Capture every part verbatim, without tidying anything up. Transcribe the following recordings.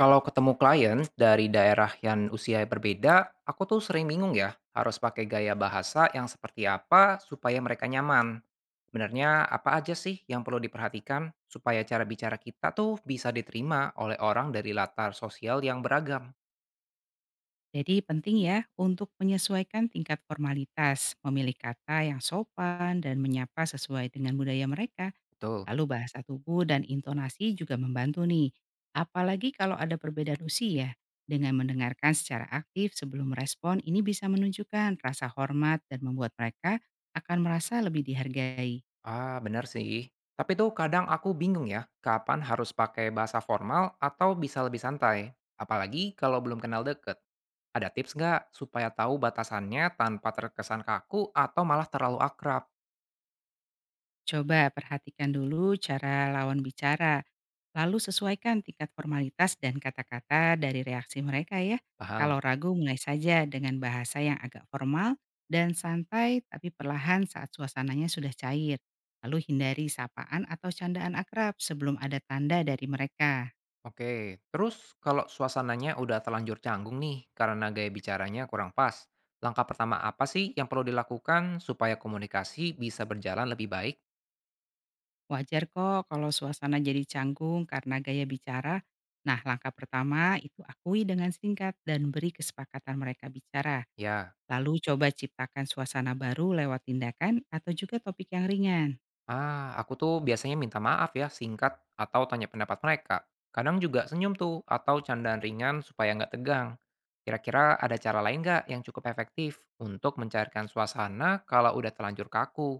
Kalau ketemu klien dari daerah yang usia berbeda, aku tuh sering bingung ya, harus pakai gaya bahasa yang seperti apa supaya mereka nyaman. Sebenarnya apa aja sih yang perlu diperhatikan supaya cara bicara kita tuh bisa diterima oleh orang dari latar sosial yang beragam? Jadi penting ya untuk menyesuaikan tingkat formalitas, memilih kata yang sopan dan menyapa sesuai dengan budaya mereka. Betul. Lalu bahasa tubuh dan intonasi juga membantu nih. Apalagi kalau ada perbedaan usia. Dengan mendengarkan secara aktif sebelum merespon, ini bisa menunjukkan rasa hormat dan membuat mereka akan merasa lebih dihargai. Ah, benar sih. Tapi tuh kadang aku bingung ya, kapan harus pakai bahasa formal atau bisa lebih santai. Apalagi kalau belum kenal deket. Ada tips nggak supaya tahu batasannya tanpa terkesan kaku atau malah terlalu akrab? Coba perhatikan dulu cara lawan bicara, lalu sesuaikan tingkat formalitas dan kata-kata dari reaksi mereka ya. Paham? Kalau ragu mulai saja dengan bahasa yang agak formal dan santai tapi perlahan saat suasananya sudah cair. Lalu hindari sapaan atau candaan akrab sebelum ada tanda dari mereka. Oke, terus kalau suasananya udah terlanjur canggung nih karena gaya bicaranya kurang pas, langkah pertama apa sih yang perlu dilakukan supaya komunikasi bisa berjalan lebih baik? Wajar kok kalau suasana jadi canggung karena gaya bicara. Nah, langkah pertama itu akui dengan singkat dan beri kesepakatan mereka bicara. Ya. Lalu coba ciptakan suasana baru lewat tindakan atau juga topik yang ringan. Ah, aku tuh biasanya minta maaf ya, singkat atau tanya pendapat mereka. Kadang juga senyum tuh atau candaan ringan supaya nggak tegang. Kira-kira ada cara lain nggak yang cukup efektif untuk mencairkan suasana kalau udah terlanjur kaku?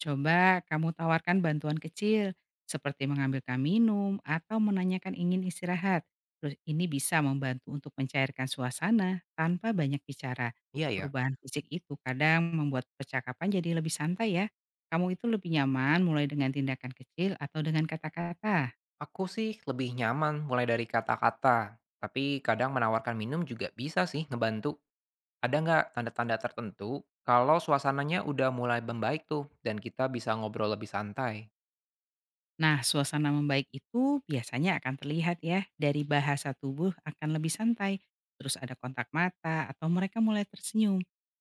Coba kamu tawarkan bantuan kecil seperti mengambilkan minum atau menanyakan ingin istirahat. Terus ini bisa membantu untuk mencairkan suasana tanpa banyak bicara. Iya ya, Perubahan fisik itu kadang membuat percakapan jadi lebih santai ya. Kamu itu lebih nyaman mulai dengan tindakan kecil atau dengan kata-kata. aku sih lebih nyaman mulai dari kata-kata. Tapi kadang menawarkan minum juga bisa sih ngebantu. Ada nggak tanda-tanda tertentu kalau suasananya udah mulai membaik tuh dan kita bisa ngobrol lebih santai? Nah, suasana membaik itu biasanya akan terlihat ya dari bahasa tubuh akan lebih santai, terus ada kontak mata atau mereka mulai tersenyum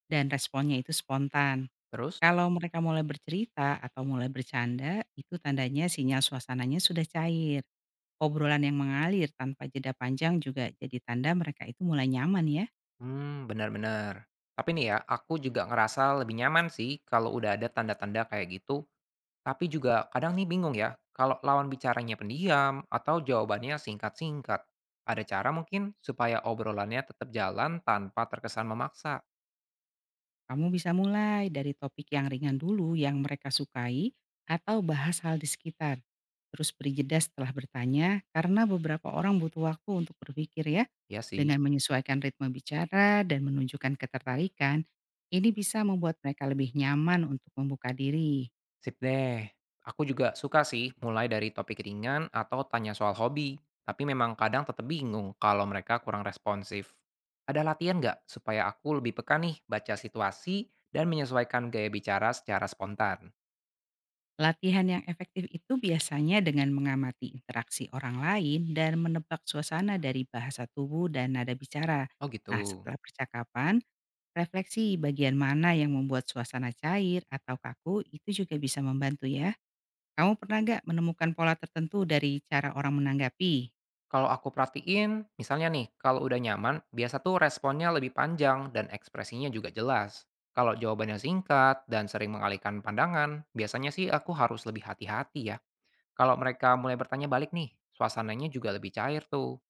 dan responnya itu spontan. Terus? Kalau mereka mulai bercerita atau mulai bercanda, itu tandanya sinyal suasananya sudah cair. Obrolan yang mengalir tanpa jeda panjang juga jadi tanda mereka itu mulai nyaman ya. Hmm, benar-benar. Tapi nih ya, aku juga ngerasa lebih nyaman sih kalau udah ada tanda-tanda kayak gitu, tapi juga kadang nih bingung ya, kalau lawan bicaranya pendiam atau jawabannya singkat-singkat. Ada cara mungkin supaya obrolannya tetap jalan tanpa terkesan memaksa? Kamu bisa mulai dari topik yang ringan dulu yang mereka sukai atau bahas hal di sekitar. Terus beri jeda setelah bertanya karena beberapa orang butuh waktu untuk berpikir ya. Ya sih. Dengan menyesuaikan ritme bicara dan menunjukkan ketertarikan, ini bisa membuat mereka lebih nyaman untuk membuka diri. Sip deh. Aku juga suka sih mulai dari topik ringan atau tanya soal hobi. Tapi memang kadang tetap bingung kalau mereka kurang responsif. Ada latihan nggak supaya aku lebih peka nih baca situasi dan menyesuaikan gaya bicara secara spontan? Latihan yang efektif itu biasanya dengan mengamati interaksi orang lain dan menebak suasana dari bahasa tubuh dan nada bicara. Oh gitu. Nah, setelah percakapan, refleksi bagian mana yang membuat suasana cair atau kaku itu juga bisa membantu ya. Kamu pernah nggak menemukan pola tertentu dari cara orang menanggapi? Kalau aku perhatiin, misalnya nih, kalau udah nyaman, biasa tuh responnya lebih panjang dan ekspresinya juga jelas. Kalau jawabannya singkat dan sering mengalihkan pandangan, biasanya sih aku harus lebih hati-hati ya. Kalau mereka mulai bertanya balik nih, suasananya juga lebih cair tuh.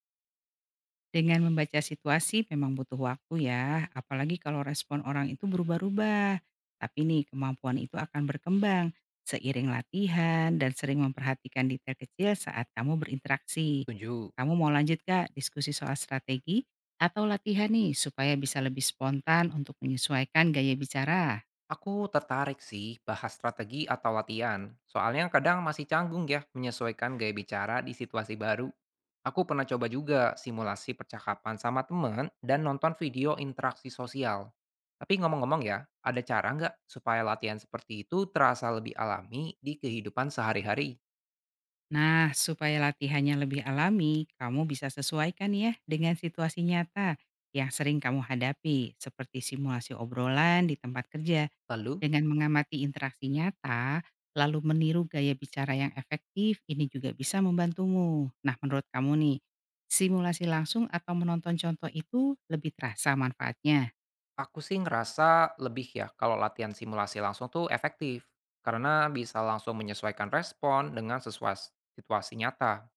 Dengan membaca situasi memang butuh waktu ya, apalagi kalau respon orang itu berubah-ubah. Tapi nih kemampuan itu akan berkembang seiring latihan dan sering memperhatikan detail kecil saat kamu berinteraksi. Setuju. Kamu mau lanjut kak diskusi soal strategi atau latihan nih supaya bisa lebih spontan untuk menyesuaikan gaya bicara? Aku tertarik sih bahas strategi atau latihan, soalnya kadang masih canggung ya menyesuaikan gaya bicara di situasi baru. Aku pernah coba juga simulasi percakapan sama temen dan nonton video interaksi sosial. Tapi ngomong-ngomong ya, ada cara nggak supaya latihan seperti itu terasa lebih alami di kehidupan sehari-hari? Nah, supaya latihannya lebih alami, kamu bisa sesuaikan ya dengan situasi nyata yang sering kamu hadapi, seperti simulasi obrolan di tempat kerja. Lalu? Dengan mengamati interaksi nyata, lalu meniru gaya bicara yang efektif, ini juga bisa membantumu. Nah, menurut kamu nih, simulasi langsung atau menonton contoh itu lebih terasa manfaatnya? Aku sih ngerasa lebih ya kalau latihan simulasi langsung tuh efektif, karena bisa langsung menyesuaikan respon dengan sesuai situasi nyata.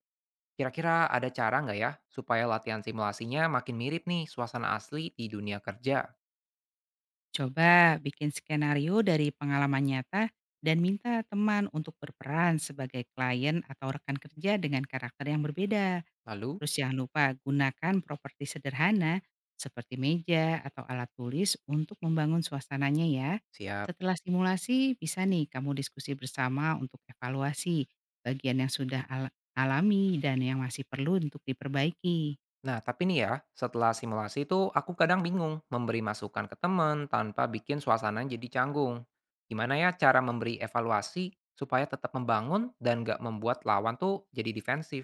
Kira-kira ada cara nggak ya supaya latihan simulasinya makin mirip nih suasana asli di dunia kerja? Coba bikin skenario dari pengalaman nyata dan minta teman untuk berperan sebagai klien atau rekan kerja dengan karakter yang berbeda. Lalu, Terus jangan lupa gunakan properti sederhana seperti meja atau alat tulis untuk membangun suasananya ya. siap. Setelah simulasi, bisa nih kamu diskusi bersama untuk evaluasi bagian yang sudah al- alami dan yang masih perlu untuk diperbaiki. Nah, tapi nih ya, setelah simulasi itu aku kadang bingung memberi masukan ke teman tanpa bikin suasana jadi canggung. Gimana ya cara memberi evaluasi supaya tetap membangun dan nggak membuat lawan tuh jadi defensif?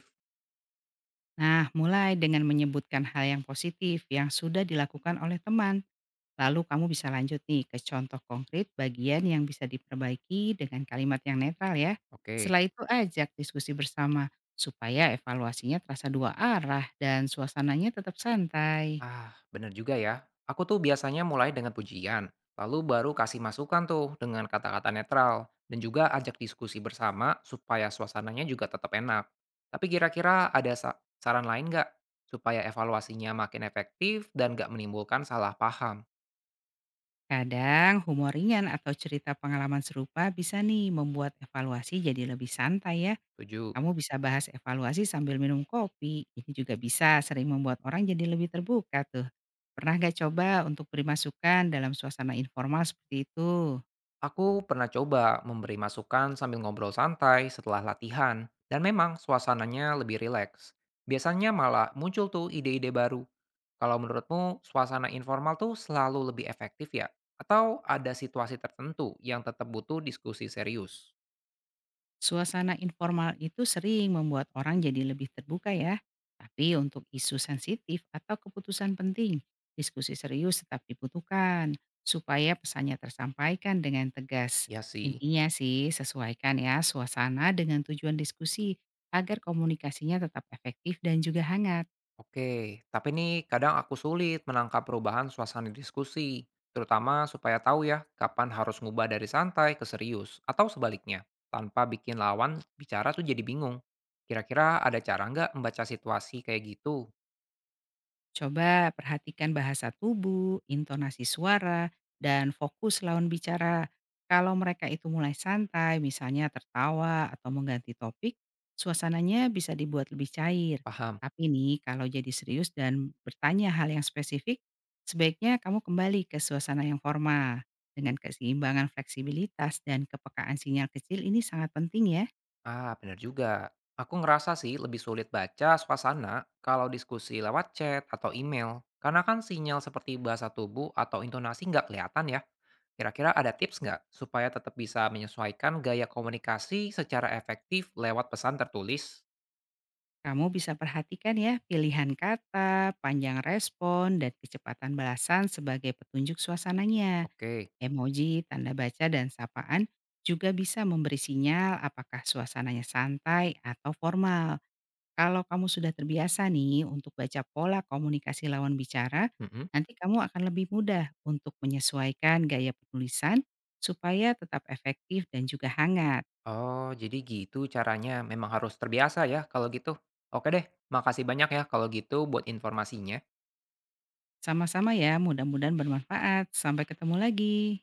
Nah, mulai dengan menyebutkan hal yang positif yang sudah dilakukan oleh teman. Lalu kamu bisa lanjut nih ke contoh konkret bagian yang bisa diperbaiki dengan kalimat yang netral ya. Oke. Setelah itu ajak diskusi bersama supaya evaluasinya terasa dua arah dan suasananya tetap santai. Ah, bener juga ya. Aku tuh biasanya mulai dengan pujian, lalu baru kasih masukan tuh dengan kata-kata netral, dan juga ajak diskusi bersama supaya suasananya juga tetap enak. Tapi kira-kira ada sa- saran lain nggak supaya evaluasinya makin efektif dan nggak menimbulkan salah paham? Kadang humor ringan atau cerita pengalaman serupa bisa nih membuat evaluasi jadi lebih santai ya. Setuju. Kamu bisa bahas evaluasi sambil minum kopi. Ini juga bisa sering membuat orang jadi lebih terbuka tuh. Pernah gak coba untuk beri masukan dalam suasana informal seperti itu? Aku pernah coba memberi masukan sambil ngobrol santai setelah latihan, dan memang suasananya lebih rileks. Biasanya malah muncul tuh ide-ide baru. Kalau menurutmu, suasana informal tuh selalu lebih efektif ya? Atau ada situasi tertentu yang tetap butuh diskusi serius? Suasana informal itu sering membuat orang jadi lebih terbuka ya. Tapi untuk isu sensitif atau keputusan penting, diskusi serius tetap dibutuhkan supaya pesannya tersampaikan dengan tegas. Ya sih. Intinya sih sesuaikan ya suasana dengan tujuan diskusi agar komunikasinya tetap efektif dan juga hangat. Oke, tapi nih kadang aku sulit menangkap perubahan suasana diskusi, terutama supaya tahu ya kapan harus ngubah dari santai ke serius atau sebaliknya, tanpa bikin lawan bicara tuh jadi bingung. Kira-kira ada cara nggak membaca situasi kayak gitu? Coba perhatikan bahasa tubuh, intonasi suara, dan fokus lawan bicara. Kalau mereka itu mulai santai, misalnya tertawa atau mengganti topik, suasananya bisa dibuat lebih cair. Paham? Tapi nih, kalau jadi serius dan bertanya hal yang spesifik, sebaiknya kamu kembali ke suasana yang formal. Dengan keseimbangan fleksibilitas dan kepekaan sinyal kecil ini sangat penting ya. Ah, benar juga. Aku ngerasa sih lebih sulit baca suasana kalau diskusi lewat chat atau email. Karena kan sinyal seperti bahasa tubuh atau intonasi nggak kelihatan ya. Kira-kira ada tips nggak supaya tetap bisa menyesuaikan gaya komunikasi secara efektif lewat pesan tertulis? Kamu bisa perhatikan ya pilihan kata, panjang respon, dan kecepatan balasan sebagai petunjuk suasananya. Oke. Emoji, tanda baca, dan sapaan juga bisa memberi sinyal apakah suasananya santai atau formal. Kalau kamu sudah terbiasa nih untuk baca pola komunikasi lawan bicara, Mm-mm. nanti kamu akan lebih mudah untuk menyesuaikan gaya penulisan supaya tetap efektif dan juga hangat. Oh, jadi gitu caranya. Memang harus terbiasa ya kalau gitu. Oke deh, makasih banyak ya kalau gitu buat informasinya. Sama-sama ya, mudah-mudahan bermanfaat. Sampai ketemu lagi.